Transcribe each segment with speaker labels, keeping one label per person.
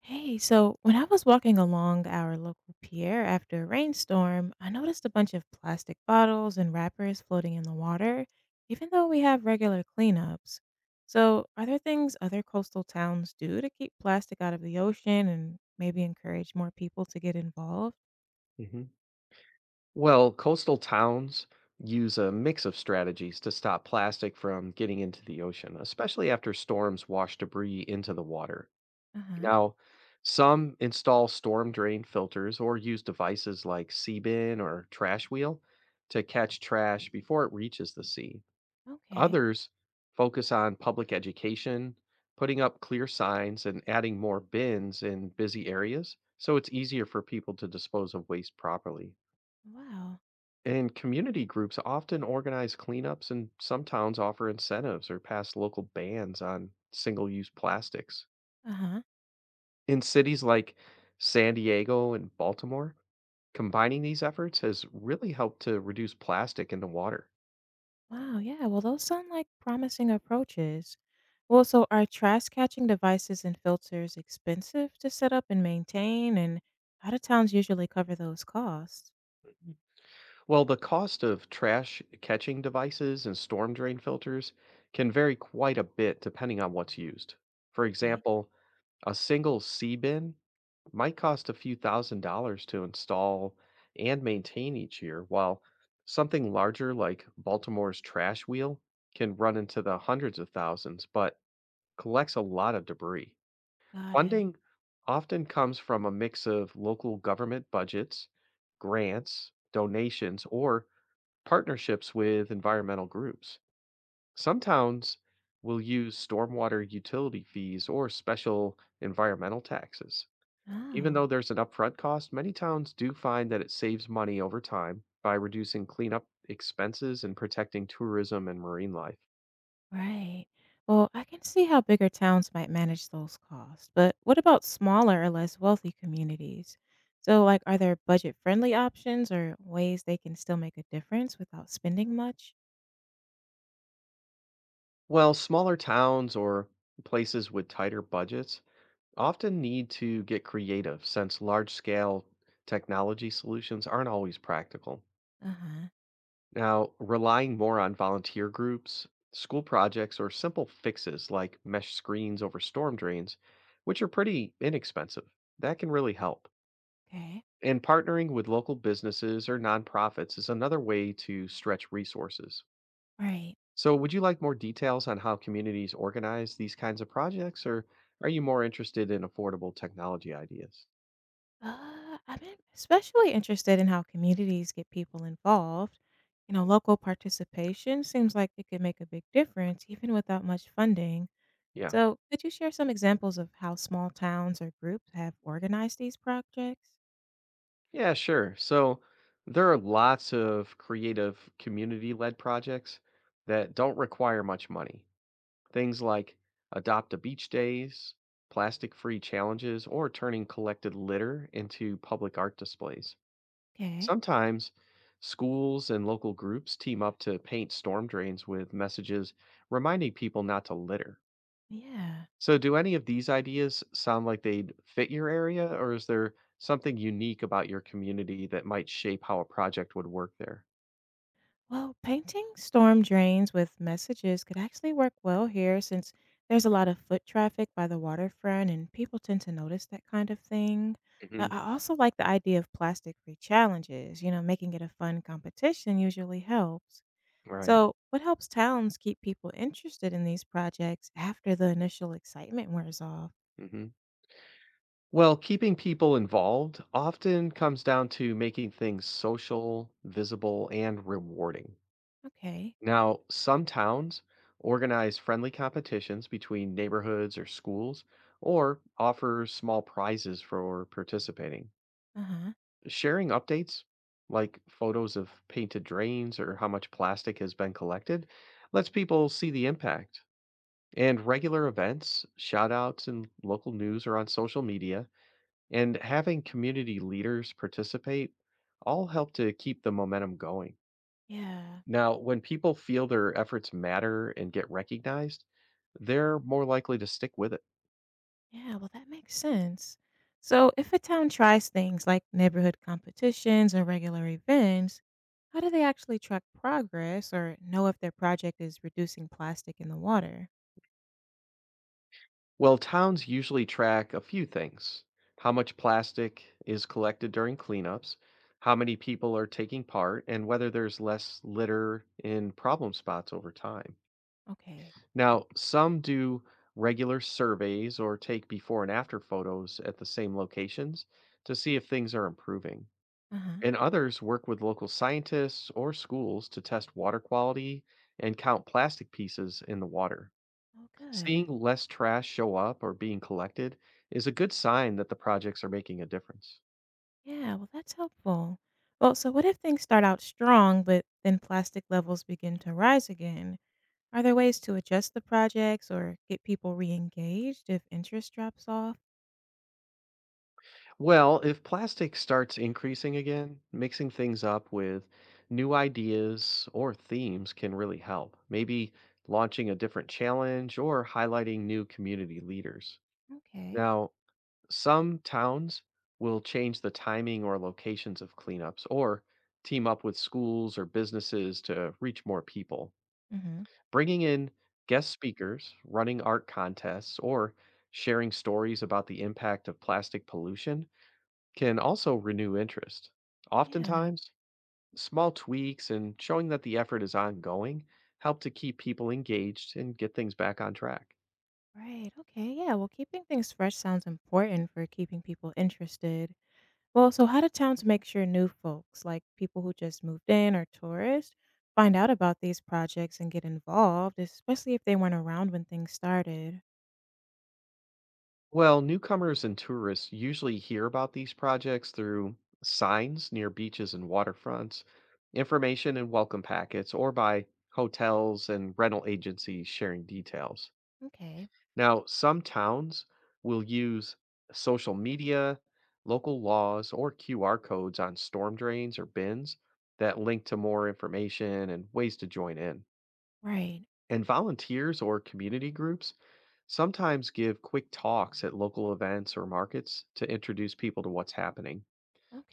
Speaker 1: Hey, so when I was walking along our local pier after a rainstorm, I noticed a bunch of plastic bottles and wrappers floating in the water, even though we have regular cleanups. So, are there things other coastal towns do to keep plastic out of the ocean and maybe encourage more people to get involved?
Speaker 2: hmm Well, coastal towns use a mix of strategies to stop plastic from getting into the ocean, especially after storms wash debris into the water.
Speaker 1: Uh huh.
Speaker 2: Now, some install storm drain filters or use devices like sea bin or trash wheel to catch trash before it reaches the sea.
Speaker 1: Okay.
Speaker 2: Others focus on public education, putting up clear signs and adding more bins in busy areas so it's easier for people to dispose of waste properly.
Speaker 1: Wow.
Speaker 2: And community groups often organize cleanups, and some towns offer incentives or pass local bans on single use plastics.
Speaker 1: Uh huh.
Speaker 2: In cities like San Diego and Baltimore, combining these efforts has really helped to reduce plastic in the water.
Speaker 1: Wow, yeah. Well, those sound like promising approaches. Well, so are trash catching devices and filters expensive to set up and maintain? And how do towns usually cover those costs?
Speaker 2: While the cost of trash catching devices and storm drain filters can vary quite a bit depending on what's used. For
Speaker 1: Okay,
Speaker 2: example, a single sea bin might cost a few thousand dollars to install and maintain each year, while something larger like Baltimore's trash wheel can run into the hundreds of thousands, but collects a lot of debris.
Speaker 1: got it.
Speaker 2: Funding often comes from a mix of local government budgets, grants, donations, or partnerships with environmental groups. Some towns will use stormwater utility fees or special environmental taxes. Even though
Speaker 1: Oh,
Speaker 2: there's an upfront cost, many towns do find that it saves money over time by reducing cleanup expenses and protecting tourism and marine life.
Speaker 1: right. Well, I can see how bigger towns might manage those costs, but what about smaller or less wealthy communities? So, like, are there budget friendly options or ways they can still make a difference without spending much?
Speaker 2: Well, smaller towns or places with tighter budgets often need to get creative since large scale technology solutions aren't always practical.
Speaker 1: Uh huh.
Speaker 2: Now, relying more on volunteer groups, school projects, or simple fixes like mesh screens over storm drains, which are pretty inexpensive, that can really help.
Speaker 1: Okay,
Speaker 2: And partnering with local businesses or nonprofits is another way to stretch resources.
Speaker 1: right.
Speaker 2: So, would you like more details on how communities organize these kinds of projects, or are you more interested in affordable technology ideas?
Speaker 1: I've been especially interested in how communities get people involved. Local participation seems like it could make a big difference even without much funding.
Speaker 2: Yeah.
Speaker 1: So, could you share some examples of how small towns or groups have organized these projects?
Speaker 2: Yeah, sure. So there are lots of creative community led projects that don't require much money. Things like adopt a beach days, plastic free challenges, or turning collected litter into public art displays.
Speaker 1: Okay.
Speaker 2: Sometimes schools and local groups team up to paint storm drains with messages reminding people not to litter.
Speaker 1: Yeah.
Speaker 2: So, do any of these ideas sound like they'd fit your area, or is there something unique about your community that might shape how a project would work there?
Speaker 1: Well, painting storm drains with messages could actually work well here since there's a lot of foot traffic by the waterfront and people tend to notice that kind of thing.
Speaker 2: hmm
Speaker 1: I also like the idea of plastic free challenges, making it a fun competition usually helps.
Speaker 2: Right.
Speaker 1: So, what helps towns keep people interested in these projects after the initial excitement wears off?
Speaker 2: hmm Well, keeping people involved often comes down to making things social, visible, and rewarding.
Speaker 1: Okay.
Speaker 2: Now, some towns organize friendly competitions between neighborhoods or schools, or offer small prizes for participating.
Speaker 1: Uh huh.
Speaker 2: Sharing updates, like photos of painted drains or how much plastic has been collected, lets people see the impact. And regular events, shout outs in local news or on social media, and having community leaders participate all help to keep the momentum going.
Speaker 1: Yeah.
Speaker 2: Now, when people feel their efforts matter and get recognized, they're more likely to stick with it.
Speaker 1: Yeah, well, that makes sense. So, if a town tries things like neighborhood competitions or regular events, how do they actually track progress or know if their project is reducing plastic in the water?
Speaker 2: Well, towns usually track a few things how much plastic is collected during cleanups, how many people are taking part, and whether there's less litter in problem spots over time.
Speaker 1: Okay.
Speaker 2: Now, some do regular surveys or take before and after photos at the same locations to see if things are improving.
Speaker 1: Uh huh.
Speaker 2: And others work with local scientists or schools to test water quality and count plastic pieces in the water.
Speaker 1: Oh,
Speaker 2: Seeing
Speaker 1: good.
Speaker 2: less trash show up or being collected is a good sign that the projects are making a difference.
Speaker 1: Yeah, well, that's helpful. Well, so what if things start out strong, but then plastic levels begin to rise again? Are there ways to adjust the projects or get people re engaged if interest drops off?
Speaker 2: Well, if plastic starts increasing again, mixing things up with new ideas or themes can really help. Maybe launching a different challenge or highlighting new community leaders.
Speaker 1: Okay.
Speaker 2: Now, some towns will change the timing or locations of cleanups or team up with schools or businesses to reach more people.
Speaker 1: Mm hmm.
Speaker 2: Bringing in guest speakers, running art contests, or sharing stories about the impact of plastic pollution can also renew interest.
Speaker 1: Oh, yeah.
Speaker 2: Oftentimes, small tweaks and showing that the effort is ongoing help to keep people engaged and get things back on track.
Speaker 1: Right. Okay. Yeah. Well, keeping things fresh sounds important for keeping people interested. Well, so how do towns make sure new folks, like people who just moved in or tourists, find out about these projects and get involved, especially if they weren't around when things started?
Speaker 2: Well, newcomers and tourists usually hear about these projects through signs near beaches and waterfronts, information and welcome packets, or by hotels and rental agencies sharing details.
Speaker 1: Okay.
Speaker 2: Now, some towns will use social media, local laws, or QR codes on storm drains or bins that link to more information and ways to join in.
Speaker 1: Right.
Speaker 2: And volunteers or community groups sometimes give quick talks at local events or markets to introduce people to what's happening.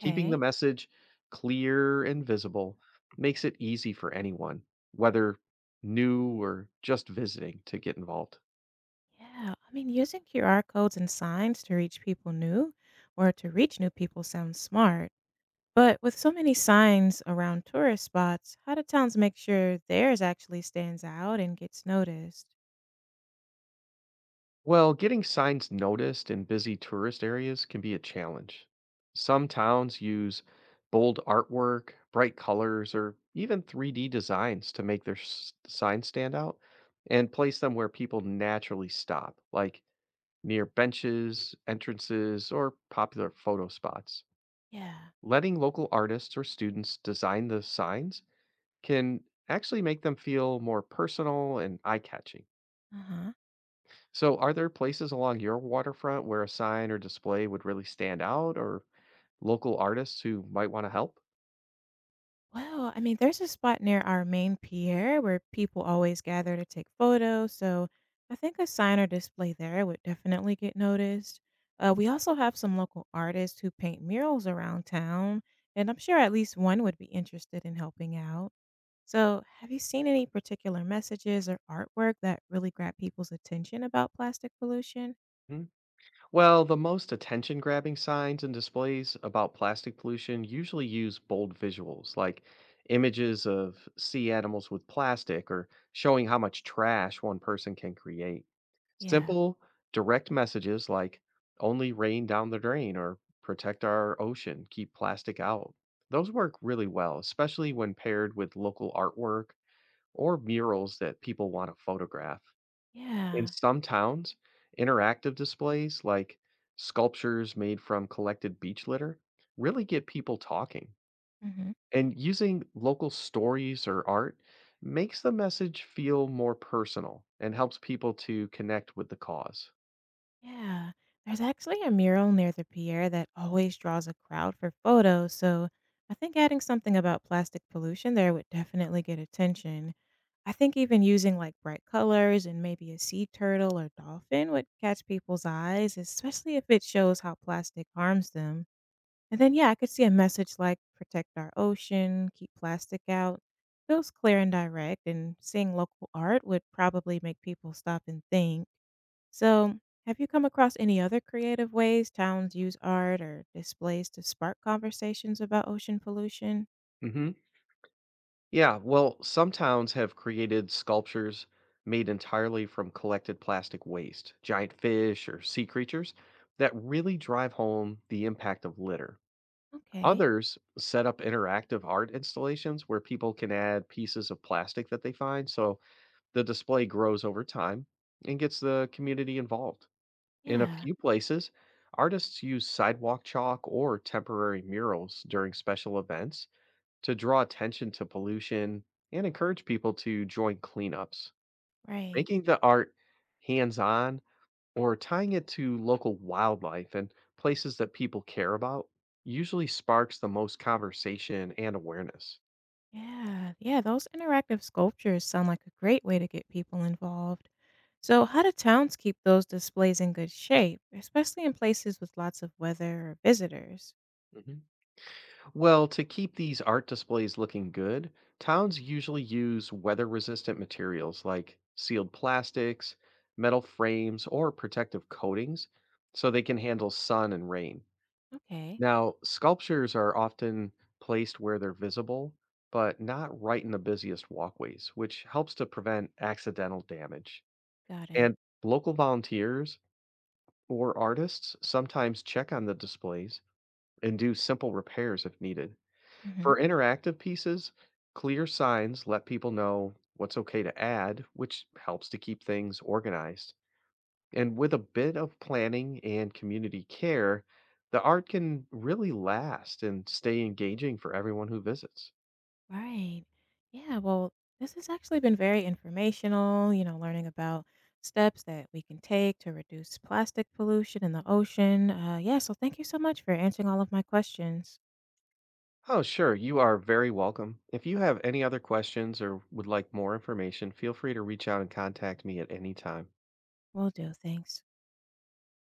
Speaker 2: Keeping the message clear and visible makes it easy for anyone, whether new or just visiting, to get involved.
Speaker 1: Yeah. I mean, using QR codes and signs to reach new people sounds smart. But with so many signs around tourist spots, how do towns make sure theirs actually stands out and gets noticed?
Speaker 2: Well, getting signs noticed in busy tourist areas can be a challenge. Some towns use bold artwork, bright colors, or even 3D designs to make their signs stand out and place them where people naturally stop, like near benches, entrances, or popular photo spots.
Speaker 1: Yeah.
Speaker 2: Letting local artists or students design the signs can actually make them feel more personal and eye catching.
Speaker 1: Uh huh.
Speaker 2: So, are there places along your waterfront where a sign or display would really stand out or local artists who might want to help?
Speaker 1: Well, I mean, there's a spot near our main pier where people always gather to take photos, so I think a sign or display there would definitely get noticed. We also have some local artists who paint murals around town, and I'm sure at least one would be interested in helping out. So, have you seen any particular messages or artwork that really grab people's attention about plastic pollution?
Speaker 2: Well, the most attention grabbing signs and displays about plastic pollution usually use bold visuals like images of sea animals with plastic or showing how much trash one person can create.
Speaker 1: Yeah.
Speaker 2: Simple, direct messages like only rain down the drain or protect our ocean, keep plastic out. Those work really well, especially when paired with local artwork or murals that people want to photograph. In
Speaker 1: Yeah.
Speaker 2: some towns, interactive displays like sculptures made from collected beach litter really get people talking. And using local stories or art makes the message feel more personal and helps people to connect with the because
Speaker 1: Yeah, there's actually a mural near the pier that always draws a crowd for photos, so I think adding something about plastic pollution there would definitely get attention. I think even using like bright colors and maybe a sea turtle or dolphin would catch people's eyes, especially if it shows how plastic harms them. And then, yeah, I could see a message like protect our ocean, keep plastic out. Feels clear and direct, and seeing local art would probably make people stop and think. So, have you come across any other creative ways towns use art or displays to spark conversations about ocean pollution?
Speaker 2: Mm-hmm. Yeah, well, some towns have created sculptures made entirely from collected plastic waste, giant fish, or sea creatures that really drive home the impact of litter.
Speaker 1: Okay.
Speaker 2: Others set up interactive art installations where people can add pieces of plastic that they find, so the display grows over time and gets the community involved. In a
Speaker 1: Yeah,
Speaker 2: few places, artists use sidewalk chalk or temporary murals during special events to draw attention to pollution and encourage people to join cleanups,
Speaker 1: right.
Speaker 2: making the art hands on or tying it to local wildlife and places that people care about usually sparks the most conversation and awareness.
Speaker 1: Yeah, yeah, those interactive sculptures sound like a great way to get people involved. So, how do towns keep those displays in good shape, especially in places with lots of weather or visitors?
Speaker 2: hmm Well, to keep these art displays looking good, towns usually use weather resistant materials like sealed plastics, metal frames, or protective coatings so they can handle sun and rain.
Speaker 1: Okay,
Speaker 2: Now, sculptures are often placed where they're visible, but not right in the busiest walkways, which helps to prevent accidental damage.
Speaker 1: got it.
Speaker 2: And local volunteers or artists sometimes check on the displays and do simple repairs if needed.
Speaker 1: Mhm.
Speaker 2: For interactive pieces, clear signs let people know what's okay to add, which helps to keep things organized. And with a bit of planning and community care, the art can really last and stay engaging for everyone who visits.
Speaker 1: Right. Yeah. Well, this has actually been very informational, learning about steps that we can take to reduce plastic pollution in the ocean. Yeah. So thank you so much for answering all of my questions.
Speaker 2: Oh, sure, you are very welcome. If you have any other questions or would like more information, feel free to reach out and contact me at any time.
Speaker 1: Will do. Thanks.